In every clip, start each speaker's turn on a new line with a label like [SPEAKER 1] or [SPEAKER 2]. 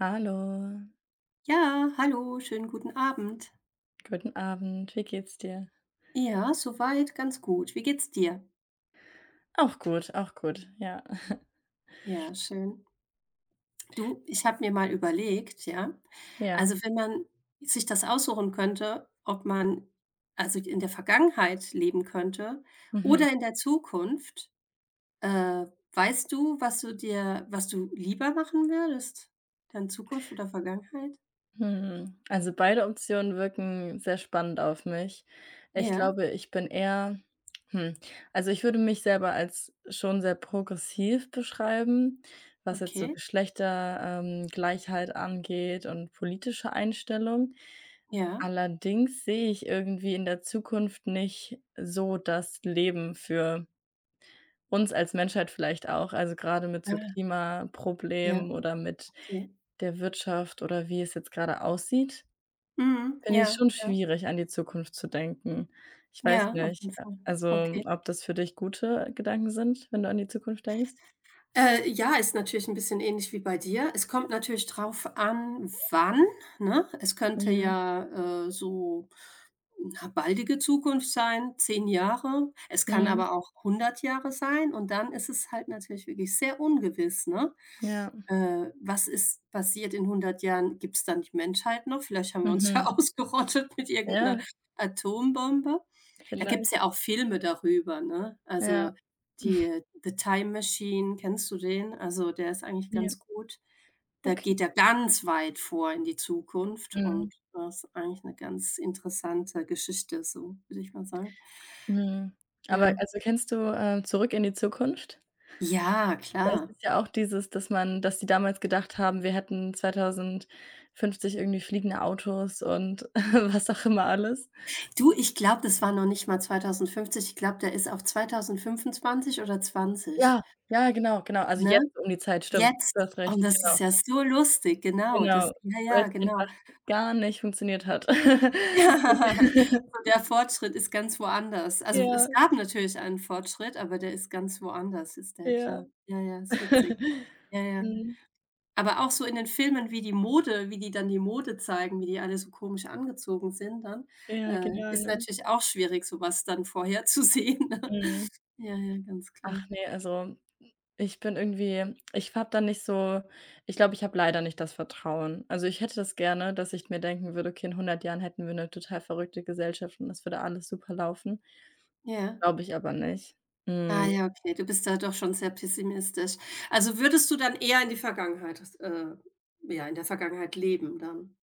[SPEAKER 1] Hallo,
[SPEAKER 2] Ja, hallo, schönen guten Abend.
[SPEAKER 1] guten Abend. Wie geht's dir?
[SPEAKER 2] Ja, soweit ganz gut. Wie geht's dir?
[SPEAKER 1] Auch gut, ja.
[SPEAKER 2] Ja, schön. Du, ich habe mir mal überlegt, ja,
[SPEAKER 1] Ja.
[SPEAKER 2] also wenn man sich das aussuchen könnte, ob man also in der Vergangenheit leben könnte
[SPEAKER 1] Mhm.
[SPEAKER 2] oder in der Zukunft, äh, weißt du, was du lieber machen würdest? Dann Zukunft oder Vergangenheit?
[SPEAKER 1] Mhm. Also, beide Optionen wirken sehr spannend auf mich. Ich
[SPEAKER 2] Ja,
[SPEAKER 1] glaube, ich bin eher hm, also, ich würde mich selber als schon sehr progressiv beschreiben, was jetzt so
[SPEAKER 2] okay,
[SPEAKER 1] Geschlechtergleichheit angeht und politische Einstellung.
[SPEAKER 2] ja,
[SPEAKER 1] Allerdings sehe ich irgendwie in der Zukunft nicht so das Leben für uns als Menschheit vielleicht auch, also gerade mit so
[SPEAKER 2] ah, ja,
[SPEAKER 1] Klimaproblemen oder mit
[SPEAKER 2] okay.
[SPEAKER 1] der Wirtschaft oder wie es jetzt gerade aussieht,
[SPEAKER 2] Mhm,
[SPEAKER 1] finde ich
[SPEAKER 2] ja,
[SPEAKER 1] schon
[SPEAKER 2] ja,
[SPEAKER 1] schwierig, an die Zukunft zu denken. Ich weiß
[SPEAKER 2] ja, auf
[SPEAKER 1] nicht,
[SPEAKER 2] jeden
[SPEAKER 1] a
[SPEAKER 2] Fall.
[SPEAKER 1] also,
[SPEAKER 2] Okay.
[SPEAKER 1] ob das für dich gute Gedanken sind, wenn du an die Zukunft denkst?
[SPEAKER 2] Ja, ist natürlich ein bisschen ähnlich wie bei dir. Es kommt natürlich drauf an, wann, ne? Es könnte
[SPEAKER 1] Mhm,
[SPEAKER 2] ja, so, na, baldige Zukunft sein, 10 Jahre. Es kann
[SPEAKER 1] mhm,
[SPEAKER 2] aber auch 100 Jahre sein und dann ist es halt natürlich wirklich sehr ungewiss, ne?
[SPEAKER 1] ja,
[SPEAKER 2] Was ist passiert in 100 Jahren? Gibt es dann die Menschheit noch? Vielleicht haben wir uns ja
[SPEAKER 1] mhm.
[SPEAKER 2] ausgerottet mit irgendeiner
[SPEAKER 1] Ja,
[SPEAKER 2] Atombombe. Da gibt's ja
[SPEAKER 1] vielleicht,
[SPEAKER 2] auch Filme darüber, ne?
[SPEAKER 1] ja,
[SPEAKER 2] Also, die „The Time Machine", kennst du den? Also, der ist eigentlich
[SPEAKER 1] ja,
[SPEAKER 2] ganz gut. Da
[SPEAKER 1] okay.
[SPEAKER 2] geht er ganz weit vor in die Zukunft
[SPEAKER 1] Mhm,
[SPEAKER 2] und das ist eigentlich 'ne ganz interessante Geschichte so, würde ich mal sagen.
[SPEAKER 1] mhm. Aber
[SPEAKER 2] Ja.
[SPEAKER 1] also, kennst du, „Zurück in die Zukunft"?
[SPEAKER 2] Ja,
[SPEAKER 1] Das
[SPEAKER 2] klar.
[SPEAKER 1] ist ja auch dieses, dass die damals gedacht haben, wir hätten 2050 irgendwie fliegende Autos und was auch immer alles.
[SPEAKER 2] Du, ich glaube, das war noch nicht mal 2050. Ich glaube, der ist auf 2025 oder 20,
[SPEAKER 1] Ja, ja, genau, genau. Also,
[SPEAKER 2] ne?
[SPEAKER 1] jetzt um die Zeit, stimmt.
[SPEAKER 2] Jetzt.
[SPEAKER 1] Du hast recht,
[SPEAKER 2] Und das ist
[SPEAKER 1] genau,
[SPEAKER 2] ja so lustig, genau. Das
[SPEAKER 1] genau,
[SPEAKER 2] ja,
[SPEAKER 1] weil
[SPEAKER 2] ja,
[SPEAKER 1] es
[SPEAKER 2] genau.
[SPEAKER 1] einfach gar nicht funktioniert hat.
[SPEAKER 2] Ja, so der Fortschritt ist ganz woanders. Also, es
[SPEAKER 1] Ja,
[SPEAKER 2] gab natürlich einen Fortschritt, aber der ist ganz woanders, ist der,
[SPEAKER 1] ja.
[SPEAKER 2] klar. Ja, ja, ist witzig. Ja, ja.
[SPEAKER 1] Mhm.
[SPEAKER 2] Aber auch so in den Filmen, wie die dann die Mode zeigen, wie die alle so komisch angezogen sind dann,
[SPEAKER 1] Ja, genial,
[SPEAKER 2] ist
[SPEAKER 1] ne?
[SPEAKER 2] natürlich auch schwierig, so was dann vorherzusehen, ne?
[SPEAKER 1] Mhm.
[SPEAKER 2] Ja, ja, ganz klar.
[SPEAKER 1] Ach ne, also, ich bin irgendwie, ich habe da nicht so, ich glaube, ich habe leider nicht das Vertrauen. Also, ich hätte das gerne, dass ich mir denken würde: „Okay, in 100 Jahren hätten wir eine total verrückte Gesellschaft und das würde alles super laufen."
[SPEAKER 2] Ja.
[SPEAKER 1] Glaube ich aber nicht.
[SPEAKER 2] Ah
[SPEAKER 1] Hm,
[SPEAKER 2] ja, okay, du bist da doch schon sehr pessimistisch. Also, würdest du dann eher in die Vergangenheit, ja, in der Vergangenheit leben dann?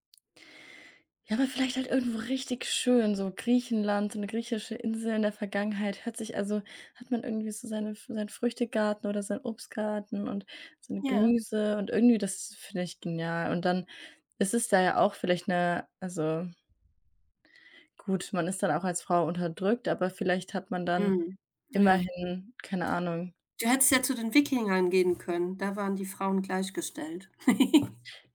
[SPEAKER 1] ja, aber vielleicht halt irgendwo richtig schön, so Griechenland, so eine griechische Insel in der Vergangenheit hört sich also, hat man irgendwie so seinen Früchtegarten oder seinen Obstgarten und seine
[SPEAKER 2] Ja.
[SPEAKER 1] Gemüse und irgendwie das finde ich genial. Und dann ist es da ja auch vielleicht eine, also, gut, man ist dann auch als Frau unterdrückt, aber vielleicht hat man dann
[SPEAKER 2] Mhm. Ja.
[SPEAKER 1] immerhin, keine Ahnung,
[SPEAKER 2] Du hättest ja zu den Wikingern gehen können, da waren die Frauen gleichgestellt.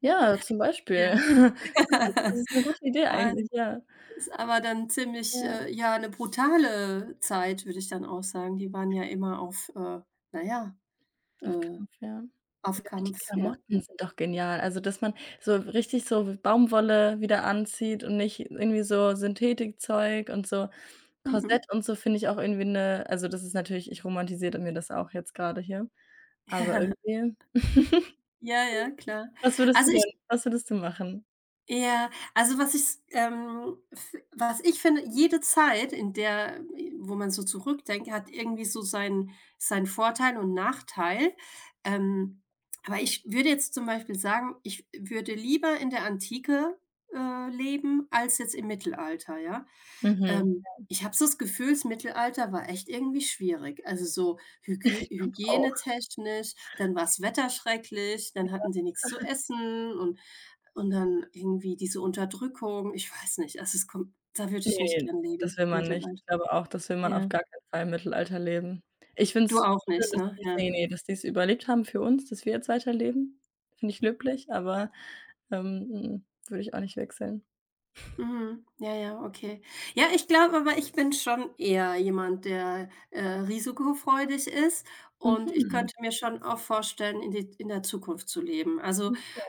[SPEAKER 1] ja, zum Beispiel.
[SPEAKER 2] Ja.
[SPEAKER 1] Zum Beispiel, das ist 'ne gute Idee
[SPEAKER 2] Aber es
[SPEAKER 1] eigentlich, ja.
[SPEAKER 2] ist aber dann ziemlich,
[SPEAKER 1] Ja,
[SPEAKER 2] ja, 'ne brutale Zeit, würde ich dann auch sagen. Die waren ja immer na ja,
[SPEAKER 1] auf
[SPEAKER 2] äh,
[SPEAKER 1] Kampf, ja.
[SPEAKER 2] auf
[SPEAKER 1] Ja, die
[SPEAKER 2] Kampf, ja,
[SPEAKER 1] Klamotten
[SPEAKER 2] ja.
[SPEAKER 1] sind doch genial. Also, dass man so richtig so Baumwolle wieder anzieht und nicht irgendwie so Synthetikzeug und so Korsett
[SPEAKER 2] Mhm.
[SPEAKER 1] und so finde ich auch irgendwie 'ne, also, das ist natürlich, ich romantisiere mir das auch jetzt grade hier, aber irgendwie
[SPEAKER 2] Ja, ja, klar. Also, ich
[SPEAKER 1] was würdest du machen?
[SPEAKER 2] Ja, also was ich finde, jede Zeit, in der wo man so zurückdenkt, hat irgendwie so seinen Vorteil und Nachteil. Ähm, aber ich würde jetzt zum Beispiel sagen, ich würde lieber in der Antike, leben als jetzt im Mittelalter, ja?
[SPEAKER 1] Mhm.
[SPEAKER 2] Ich habe so das Gefühl, das Mittelalter war echt irgendwie schwierig. Also so hygü
[SPEAKER 1] Ich glaube auch.
[SPEAKER 2] hygienetechnisch, dann war's Wetter schrecklich, dann hatten sie nichts zu essen und dann irgendwie diese Unterdrückung, ich weiß nicht, also es kommt da würde ich nicht
[SPEAKER 1] Ne,
[SPEAKER 2] gern
[SPEAKER 1] das
[SPEAKER 2] leben,
[SPEAKER 1] will man nicht.
[SPEAKER 2] Mittelalter.
[SPEAKER 1] Ich glaube auch, das will man auf
[SPEAKER 2] Ja.
[SPEAKER 1] gar keinen Fall im Mittelalter leben. Ich finde
[SPEAKER 2] Du
[SPEAKER 1] es
[SPEAKER 2] auch
[SPEAKER 1] schön,
[SPEAKER 2] nicht,
[SPEAKER 1] dass
[SPEAKER 2] ne?
[SPEAKER 1] die's,
[SPEAKER 2] Ja.
[SPEAKER 1] ne, ne, dass die's überlebt haben für uns, dass wir jetzt weiterleben. Finde ich löblich, aber würde ich auch nicht wechseln.
[SPEAKER 2] Mhm. Ja, ja, okay. Ja, ich glaube aber, ich bin schon eher jemand, der, risikofreudig ist und ich
[SPEAKER 1] Mhm.
[SPEAKER 2] könnte mir schon auch vorstellen, in der Zukunft zu leben. Also,
[SPEAKER 1] Okay.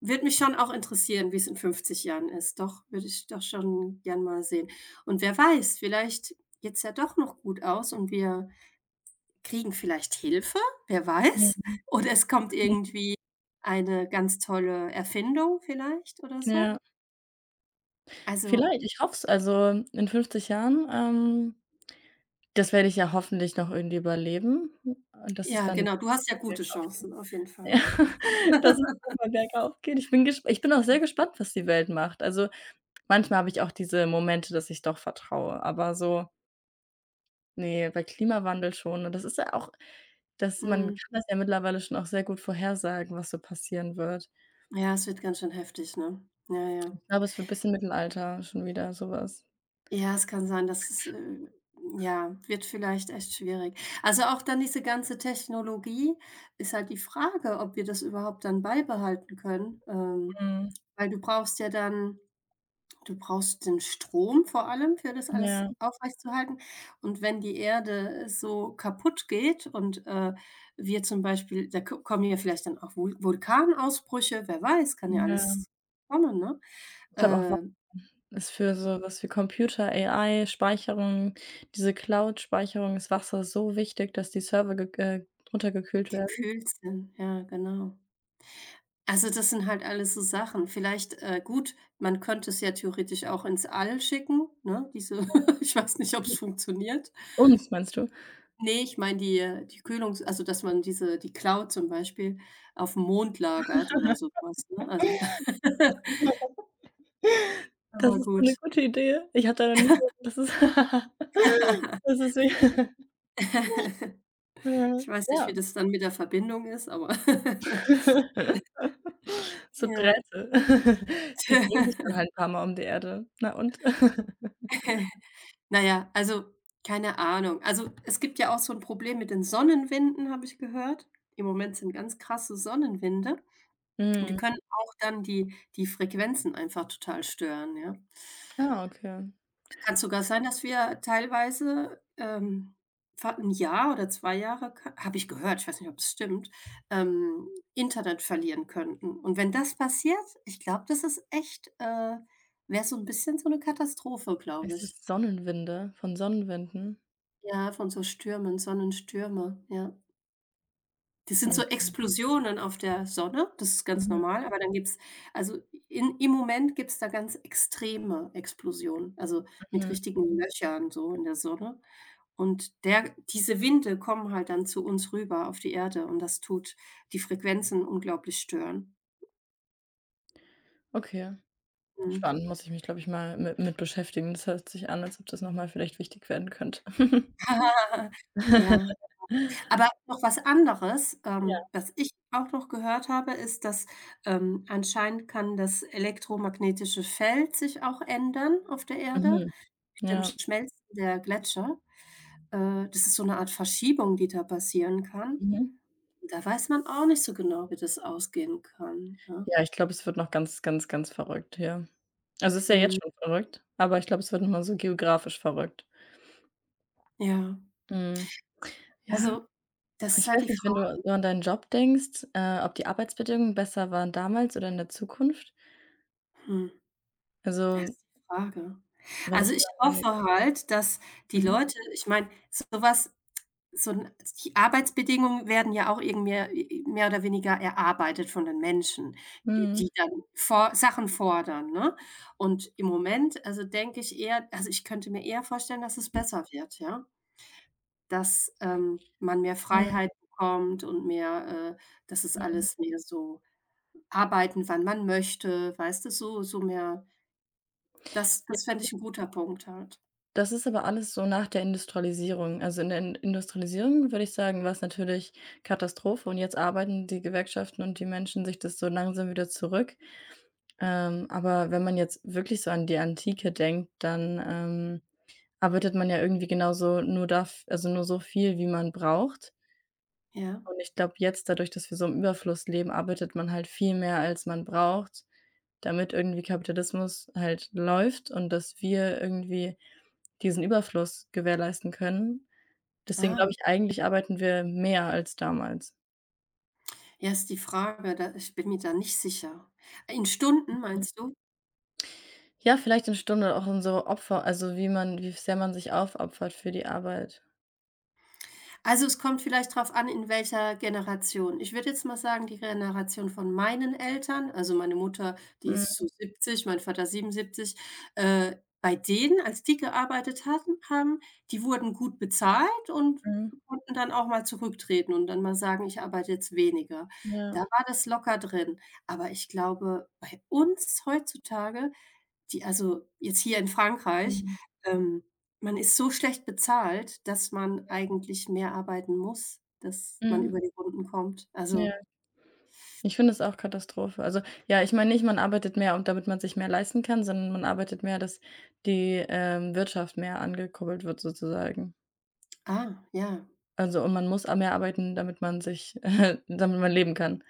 [SPEAKER 2] würde mich schon auch interessieren, wie es in 50 Jahren ist. Doch, würde ich doch schon gern mal sehen. Und wer weiß, vielleicht geht's ja doch noch gut aus und wir kriegen vielleicht Hilfe, wer
[SPEAKER 1] Mhm.
[SPEAKER 2] weiß? Oder es kommt
[SPEAKER 1] Mhm.
[SPEAKER 2] irgendwie eine ganz tolle Erfindung vielleicht oder so.
[SPEAKER 1] Ja,
[SPEAKER 2] Also,
[SPEAKER 1] vielleicht, ich hoffe es. Also, in 50 Jahren, ähm, das werde ich ja hoffentlich noch irgendwie überleben und dass es
[SPEAKER 2] ja,
[SPEAKER 1] dann
[SPEAKER 2] genau, du hast ja gute
[SPEAKER 1] bergauf geht.
[SPEAKER 2] Chancen auf jeden
[SPEAKER 1] Ja,
[SPEAKER 2] Fall, klar.
[SPEAKER 1] dass es noch mal bergauf geht. Ich bin auch sehr gespannt, was die Welt macht. Also, manchmal habe ich auch diese Momente, dass ich doch vertraue, aber so, ne, bei Klimawandel schon und das ist ja auch, dass man kann
[SPEAKER 2] Mhm.
[SPEAKER 1] das ja mittlerweile schon auch sehr gut vorhersagen, was so passieren wird.
[SPEAKER 2] Ja, es wird ganz schön heftig, ne? Ja, ja.
[SPEAKER 1] Ich glaube, es wird bisschen Mittelalter schon wieder so was.
[SPEAKER 2] Ja, es kann sein, dass es, ja, wird vielleicht echt schwierig. Also, auch dann diese ganze Technologie ist halt die Frage, ob wir das überhaupt dann beibehalten können,
[SPEAKER 1] Mhm.
[SPEAKER 2] weil du brauchst ja dann Du brauchst den Strom vor allem, für das alles
[SPEAKER 1] Ja,
[SPEAKER 2] aufrechtzuerhalten. Und wenn die Erde so kaputt geht und, wir zum Beispiel da ko kommen ja vielleicht dann auch Vulkanausbrüche, wer weiß, kann ja
[SPEAKER 1] ja.
[SPEAKER 2] alles kommen, ne?
[SPEAKER 1] Ich glaube auch, Wasser
[SPEAKER 2] Äh,
[SPEAKER 1] ist für so was wie Computer, AI, Speicherung, diese Cloud-Speicherung ist Wasser so wichtig, dass die Server gek runtergekühlt werden.
[SPEAKER 2] gekühlt sind, ja, genau. Also, das sind halt alles so Sachen. Vielleicht, gut, man könnte es ja theoretisch auch ins All schicken, ne, diese ich weiß nicht, ob es funktioniert.
[SPEAKER 1] Uns meinst du?
[SPEAKER 2] Ne, ich meine die Kühlungs also, dass man die Cloud zum Beispiel aufm Mond lagert oder so was, ne? Also
[SPEAKER 1] Das
[SPEAKER 2] aber
[SPEAKER 1] ist so 'ne
[SPEAKER 2] gut.
[SPEAKER 1] gute Idee. Ich hatte da noch nie drüber, das ist wie, ja,
[SPEAKER 2] Ich weiß nicht,
[SPEAKER 1] ja.
[SPEAKER 2] wie das dann mit der Verbindung ist, aber
[SPEAKER 1] So
[SPEAKER 2] ja.
[SPEAKER 1] Drähte. Die bringen dich dann halt 'n paar Mal um die Erde. Na und?
[SPEAKER 2] Na ja, also, keine Ahnung. Also, es gibt ja auch so 'n Problem mit den Sonnenwinden, habe ich gehört. Im Moment sind ganz krasse Sonnenwinde und die
[SPEAKER 1] Mhm.
[SPEAKER 2] können auch dann die Frequenzen einfach total stören, ja.
[SPEAKER 1] Ah, okay.
[SPEAKER 2] Kann sogar sein, dass wir teilweise, fa 1 Jahr oder 2 Jahre habe ich gehört, ich weiß nicht, ob es stimmt, ähm, Internet verlieren könnten. Und wenn das passiert, ich glaube, das ist echt, wäre so ein bisschen so eine Katastrophe, glaube
[SPEAKER 1] Es
[SPEAKER 2] ich.
[SPEAKER 1] ist Sonnenwinde von Sonnenwinden?
[SPEAKER 2] Ja, von so Stürmen, Sonnenstürme, ja. Das sind so
[SPEAKER 1] Okay.
[SPEAKER 2] Explosionen auf der Sonne, das ist ganz
[SPEAKER 1] Mhm,
[SPEAKER 2] normal, aber dann gibt's also in im Moment gibt's da ganz extreme Explosionen, also mit
[SPEAKER 1] mhm.
[SPEAKER 2] richtigen Löchern so in der Sonne. Und der diese Winde kommen halt dann zu uns rüber auf die Erde und das tut die Frequenzen unglaublich stören.
[SPEAKER 1] Okay.
[SPEAKER 2] Mhm.
[SPEAKER 1] Spannend, muss ich mich, glaube ich, mal mi mit beschäftigen. Das hört sich an, als ob das noch mal vielleicht wichtig werden könnte.
[SPEAKER 2] Ja. Aber noch was anderes,
[SPEAKER 1] Ja.
[SPEAKER 2] was ich auch noch gehört habe, ist, dass, anscheinend kann das elektromagnetische Feld sich auch ändern auf der Erde
[SPEAKER 1] Mhm.
[SPEAKER 2] mit dem
[SPEAKER 1] Ja.
[SPEAKER 2] Schmelzen der Gletscher. Das ist so eine Art Verschiebung, die da passieren kann.
[SPEAKER 1] Mhm.
[SPEAKER 2] Da weiß man auch nicht so genau, wie das ausgehen kann, ja.
[SPEAKER 1] Ja, ich glaube, es wird noch ganz, ganz, ganz verrückt, ja. Also, es ist ja jetzt
[SPEAKER 2] Mhm.
[SPEAKER 1] schon verrückt, aber ich glaube, es wird noch mal so geografisch verrückt.
[SPEAKER 2] Ja.
[SPEAKER 1] Mhm. Ja,
[SPEAKER 2] Also, das ist
[SPEAKER 1] ich
[SPEAKER 2] halt
[SPEAKER 1] weiß nicht, wenn du so an deinen Job denkst, ob die Arbeitsbedingungen besser waren damals oder in der Zukunft?
[SPEAKER 2] Hm, ja,
[SPEAKER 1] Also,
[SPEAKER 2] ist die Frage.
[SPEAKER 1] wenn ich
[SPEAKER 2] Also,
[SPEAKER 1] so
[SPEAKER 2] ich
[SPEAKER 1] an meine,
[SPEAKER 2] hoffe halt, dass die
[SPEAKER 1] mhm,
[SPEAKER 2] Leute ich meine, sowas. So 'n die Arbeitsbedingungen werden ja auch irgendwie mehr oder weniger erarbeitet von den Menschen, die
[SPEAKER 1] mhm,
[SPEAKER 2] die dann for Sachen fordern, ne? Und im Moment, also, denke ich eher also, ich könnte mir eher vorstellen, dass es besser wird, ja? Dass, man mehr
[SPEAKER 1] mhm,
[SPEAKER 2] Freiheit bekommt und mehr dass es
[SPEAKER 1] mhm.
[SPEAKER 2] alles mehr so arbeiten, wann man möchte, weißt du, so mehr das
[SPEAKER 1] Ja,
[SPEAKER 2] das fände ich ein guter Punkt halt.
[SPEAKER 1] das ist aber alles so nach der Industrialisierung. Also, in der In Industrialisierung würde ich sagen, war es natürlich Katastrophe, und jetzt arbeiten die Gewerkschaften und die Menschen sich das so langsam wieder zurück. Aber wenn man jetzt wirklich so an die Antike denkt, dann, arbeitet man ja irgendwie genauso, nur darf, also nur so viel, wie man braucht.
[SPEAKER 2] Ja.
[SPEAKER 1] Und ich glaube jetzt dadurch, dass wir so im Überfluss leben, arbeitet man halt viel mehr, als man braucht, damit irgendwie Kapitalismus halt läuft und dass wir irgendwie diesen Überfluss gewährleisten können. Deswegen
[SPEAKER 2] Ah,
[SPEAKER 1] glaube ich, eigentlich arbeiten wir mehr als damals.
[SPEAKER 2] ja, ist die Frage, da ich bin mir da nicht sicher. In Stunden
[SPEAKER 1] Mhm.
[SPEAKER 2] meinst du?
[SPEAKER 1] Ja, vielleicht 'ne Stunde auch in so Opfer, also wie man, wie sehr man sich aufopfert für die Arbeit.
[SPEAKER 2] Also, es kommt vielleicht darauf an, in welcher Generation. Ich würde jetzt mal sagen, die Generation von meinen Eltern, also meine Mutter, die ist
[SPEAKER 1] Mhm.
[SPEAKER 2] so 70, mein Vater 77, bei denen, als die gearbeitet hatten haben, die wurden gut bezahlt und
[SPEAKER 1] Mhm.
[SPEAKER 2] konnten dann auch mal zurücktreten und dann mal sagen: „Ich arbeite jetzt weniger."
[SPEAKER 1] Ja.
[SPEAKER 2] Da war das locker drin. Aber ich glaube, bei uns heutzutage die also jetzt hier in Frankreich,
[SPEAKER 1] Mhm.
[SPEAKER 2] ähm, man ist so schlecht bezahlt, dass man eigentlich mehr arbeiten muss, dass man
[SPEAKER 1] Mhm.
[SPEAKER 2] über die Runden kommt.
[SPEAKER 1] Ja.
[SPEAKER 2] Also
[SPEAKER 1] Ich finde es auch Katastrophe. Also, ja, ich meine nicht, man arbeitet mehr und damit man sich mehr leisten kann, sondern man arbeitet mehr, dass die, Wirtschaft mehr angekurbelt wird sozusagen.
[SPEAKER 2] ah, ja,
[SPEAKER 1] Also, und man muss a mehr arbeiten, damit man sich damit man leben kann.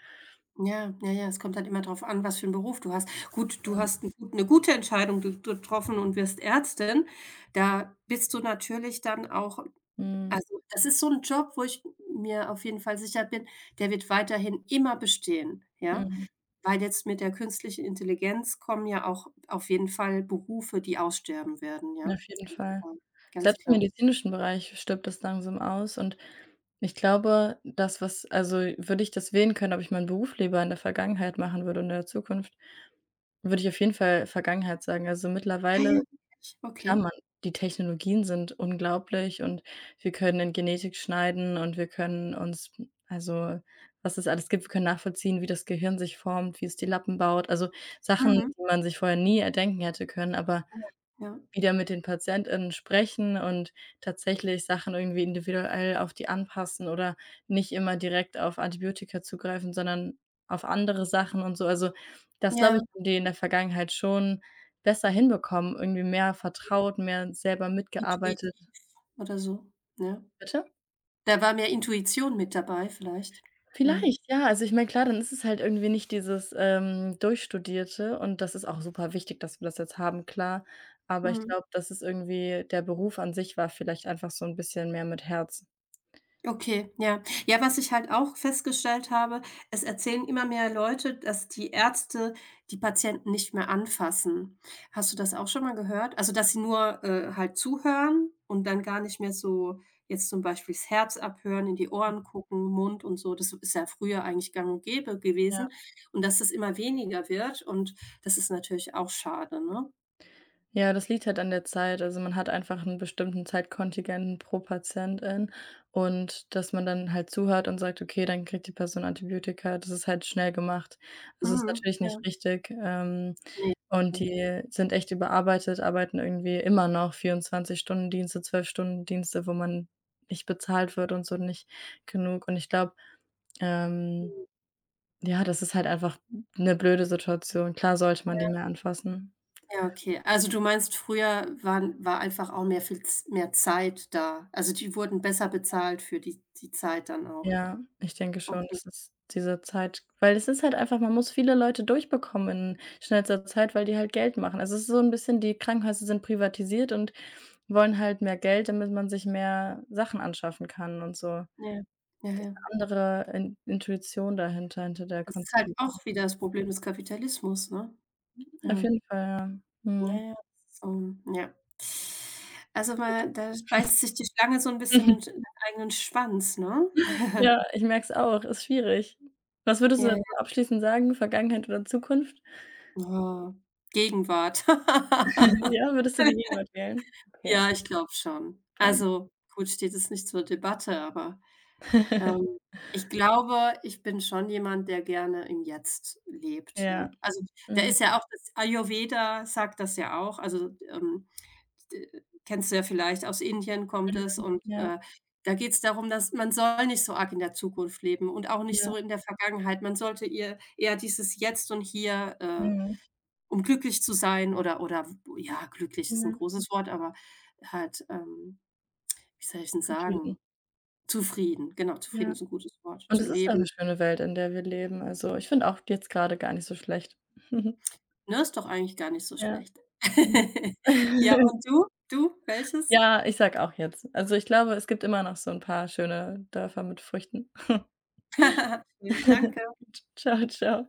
[SPEAKER 2] ja, ja, ja, es kommt halt immer drauf an, was für 'n Beruf du hast. Gut, du
[SPEAKER 1] Mhm.
[SPEAKER 2] hast 'n gut 'ne gute Entscheidung ge getroffen und wirst Ärztin. Da bist du natürlich dann auch
[SPEAKER 1] Mhm.
[SPEAKER 2] also, das ist so 'n Job, wo ich mir auf jeden Fall sicher bin, der wird weiterhin immer bestehen, ja?
[SPEAKER 1] Mhm.
[SPEAKER 2] Weil jetzt mit der künstlichen Intelligenz kommen ja auch auf jeden Fall Berufe, die aussterben werden, ja,
[SPEAKER 1] Auf jeden
[SPEAKER 2] ganz
[SPEAKER 1] Fall.
[SPEAKER 2] klar, ganz
[SPEAKER 1] Selbst im
[SPEAKER 2] klar.
[SPEAKER 1] medizinischen Bereich stirbt das langsam aus und ich glaube, das, was, also, würde ich das wählen können, ob ich meinen Beruf lieber in der Vergangenheit machen würde und in der Zukunft, würde ich auf jeden Fall Vergangenheit sagen. Also,
[SPEAKER 2] Ah
[SPEAKER 1] mittlerweile,
[SPEAKER 2] ja, wirklich?
[SPEAKER 1] klar,
[SPEAKER 2] Okay.
[SPEAKER 1] man, die Technologien sind unglaublich und wir können in Genetik schneiden und wir können uns, also, was es alles gibt, wir können nachvollziehen, wie das Gehirn sich formt, wie es die Lappen baut. Also, Sachen,
[SPEAKER 2] Mhm.
[SPEAKER 1] die man sich vorher nie erdenken hätte können, aber
[SPEAKER 2] Ja, ja.
[SPEAKER 1] wieder mit den PatientInnen sprechen und tatsächlich Sachen irgendwie individuell auf die anpassen oder nicht immer direkt auf Antibiotika zugreifen, sondern auf andere Sachen und so. Also, das, glaube ich,
[SPEAKER 2] Ja,
[SPEAKER 1] haben die in der Vergangenheit schon besser hinbekommen, irgendwie mehr vertraut, mehr selber mitgearbeitet.
[SPEAKER 2] intuitiv oder so, Ja.
[SPEAKER 1] Bitte?
[SPEAKER 2] Da war mehr Intuition mit dabei vielleicht. Ja,
[SPEAKER 1] Vielleicht, ja. Also, ich meine, klar, dann ist es halt irgendwie nicht dieses, Durchstudierte und das ist auch super wichtig, dass wir das jetzt haben, klar. Aber ich
[SPEAKER 2] mhm.
[SPEAKER 1] glaube, das ist irgendwie, der Beruf an sich war vielleicht einfach so ein bisschen mehr mit Herz.
[SPEAKER 2] Okay, ja. Ja, was ich halt auch festgestellt habe, es erzählen immer mehr Leute, dass die Ärzte die Patienten nicht mehr anfassen. Hast du das auch schon mal gehört? Also, dass sie nur, halt zuhören und dann gar nicht mehr so jetzt zum Beispiel das Herz abhören, in die Ohren gucken, Mund und so. Das ist ja früher eigentlich gang und gäbe
[SPEAKER 1] Ja.
[SPEAKER 2] gewesen und dass das immer weniger wird und das ist natürlich auch schade, ne?
[SPEAKER 1] Ja, das liegt halt an der Zeit. Also, man hat einfach einen bestimmten Zeitkontingent pro Patientin und dass man dann halt zuhört und sagt: „Okay, dann kriegt die Person Antibiotika." Das ist halt schnell gemacht. Das ist
[SPEAKER 2] Mhm,
[SPEAKER 1] natürlich
[SPEAKER 2] ja,
[SPEAKER 1] nicht richtig,
[SPEAKER 2] ne.
[SPEAKER 1] und
[SPEAKER 2] Mhm.
[SPEAKER 1] die sind echt überarbeitet, arbeiten irgendwie immer noch 24-Stunden-Dienste, 12-Stunden-Dienste, wo man nicht bezahlt wird und so, nicht genug. Und ich glaube, ähm, ja, das ist halt einfach eine blöde Situation. Klar sollte man die
[SPEAKER 2] Ja.
[SPEAKER 1] mehr anfassen.
[SPEAKER 2] Ja, okay. Also, du meinst, früher war einfach auch mehr viel Z mehr Zeit da. Also, die wurden besser bezahlt für die Zeit dann auch.
[SPEAKER 1] Ja, ich denke schon,
[SPEAKER 2] Okay,
[SPEAKER 1] das ist diese Zeit, weil es ist halt einfach, man muss viele Leute durchbekommen in schnellster Zeit, weil die halt Geld machen. Also, es ist so ein bisschen, die Krankenhäuser sind privatisiert und wollen halt mehr Geld, damit man sich mehr Sachen anschaffen kann und so. 'Ne
[SPEAKER 2] ja. Ja, ja.
[SPEAKER 1] andere In Intuition dahinter, hinter der
[SPEAKER 2] Das ist halt
[SPEAKER 1] Konstitu
[SPEAKER 2] auch wieder das Problem des Kapitalismus, ne?
[SPEAKER 1] auf
[SPEAKER 2] Ja.
[SPEAKER 1] jeden Fall, ja.
[SPEAKER 2] Ja,
[SPEAKER 1] Mhm.
[SPEAKER 2] ja. So, ja. Also, mal da beißt sich die Schlange so ein bisschen in den eigenen Schwanz, ne?
[SPEAKER 1] Ja, ich merke es auch, ist schwierig. Was würdest du
[SPEAKER 2] Ja, ja.
[SPEAKER 1] dazu abschließend sagen, Vergangenheit oder Zukunft?
[SPEAKER 2] Oh, Gegenwart.
[SPEAKER 1] Ja, würdest du die Gegenwart wählen? Okay,
[SPEAKER 2] Ja, ich glaube schon.
[SPEAKER 1] spannend.
[SPEAKER 2] Also, gut, steht es nicht zur Debatte, aber Ähm, ich glaube, ich bin schon jemand, der gerne im Jetzt lebt,
[SPEAKER 1] Ja,
[SPEAKER 2] ja. Also, da
[SPEAKER 1] mhm.
[SPEAKER 2] ist ja auch das Ayurveda sagt das ja auch. Also, d kennst du ja vielleicht, aus Indien kommt es
[SPEAKER 1] Mhm.
[SPEAKER 2] und,
[SPEAKER 1] Ja,
[SPEAKER 2] da geht's darum, dass man soll nicht so arg in der Zukunft leben und auch nicht
[SPEAKER 1] ja,
[SPEAKER 2] so in der Vergangenheit. Man sollte ihr eher dieses Jetzt und Hier,
[SPEAKER 1] mhm.
[SPEAKER 2] um glücklich zu sein oder ja, glücklich ist
[SPEAKER 1] Ja.
[SPEAKER 2] 'n großes Wort, aber halt, wie soll ich denn sagen?
[SPEAKER 1] Zufrieden.
[SPEAKER 2] Zufrieden, genau, zufrieden
[SPEAKER 1] Ja.
[SPEAKER 2] ist 'n gutes Wort,
[SPEAKER 1] Und
[SPEAKER 2] zu
[SPEAKER 1] es ist auch 'ne
[SPEAKER 2] leben.
[SPEAKER 1] schöne Welt, in der wir leben. Also, ich finde auch jetzt grade gar nicht so schlecht.
[SPEAKER 2] Ne, ist doch eigentlich gar nicht so
[SPEAKER 1] Ja.
[SPEAKER 2] schlecht.
[SPEAKER 1] Mhm.
[SPEAKER 2] Ja, und du? Du, welches?
[SPEAKER 1] Ja, ich sage auch jetzt. Also, ich glaube, es gibt immer noch so 'n paar schöne Dörfer mit Früchten.
[SPEAKER 2] Schön, danke.
[SPEAKER 1] Tschau, tschau.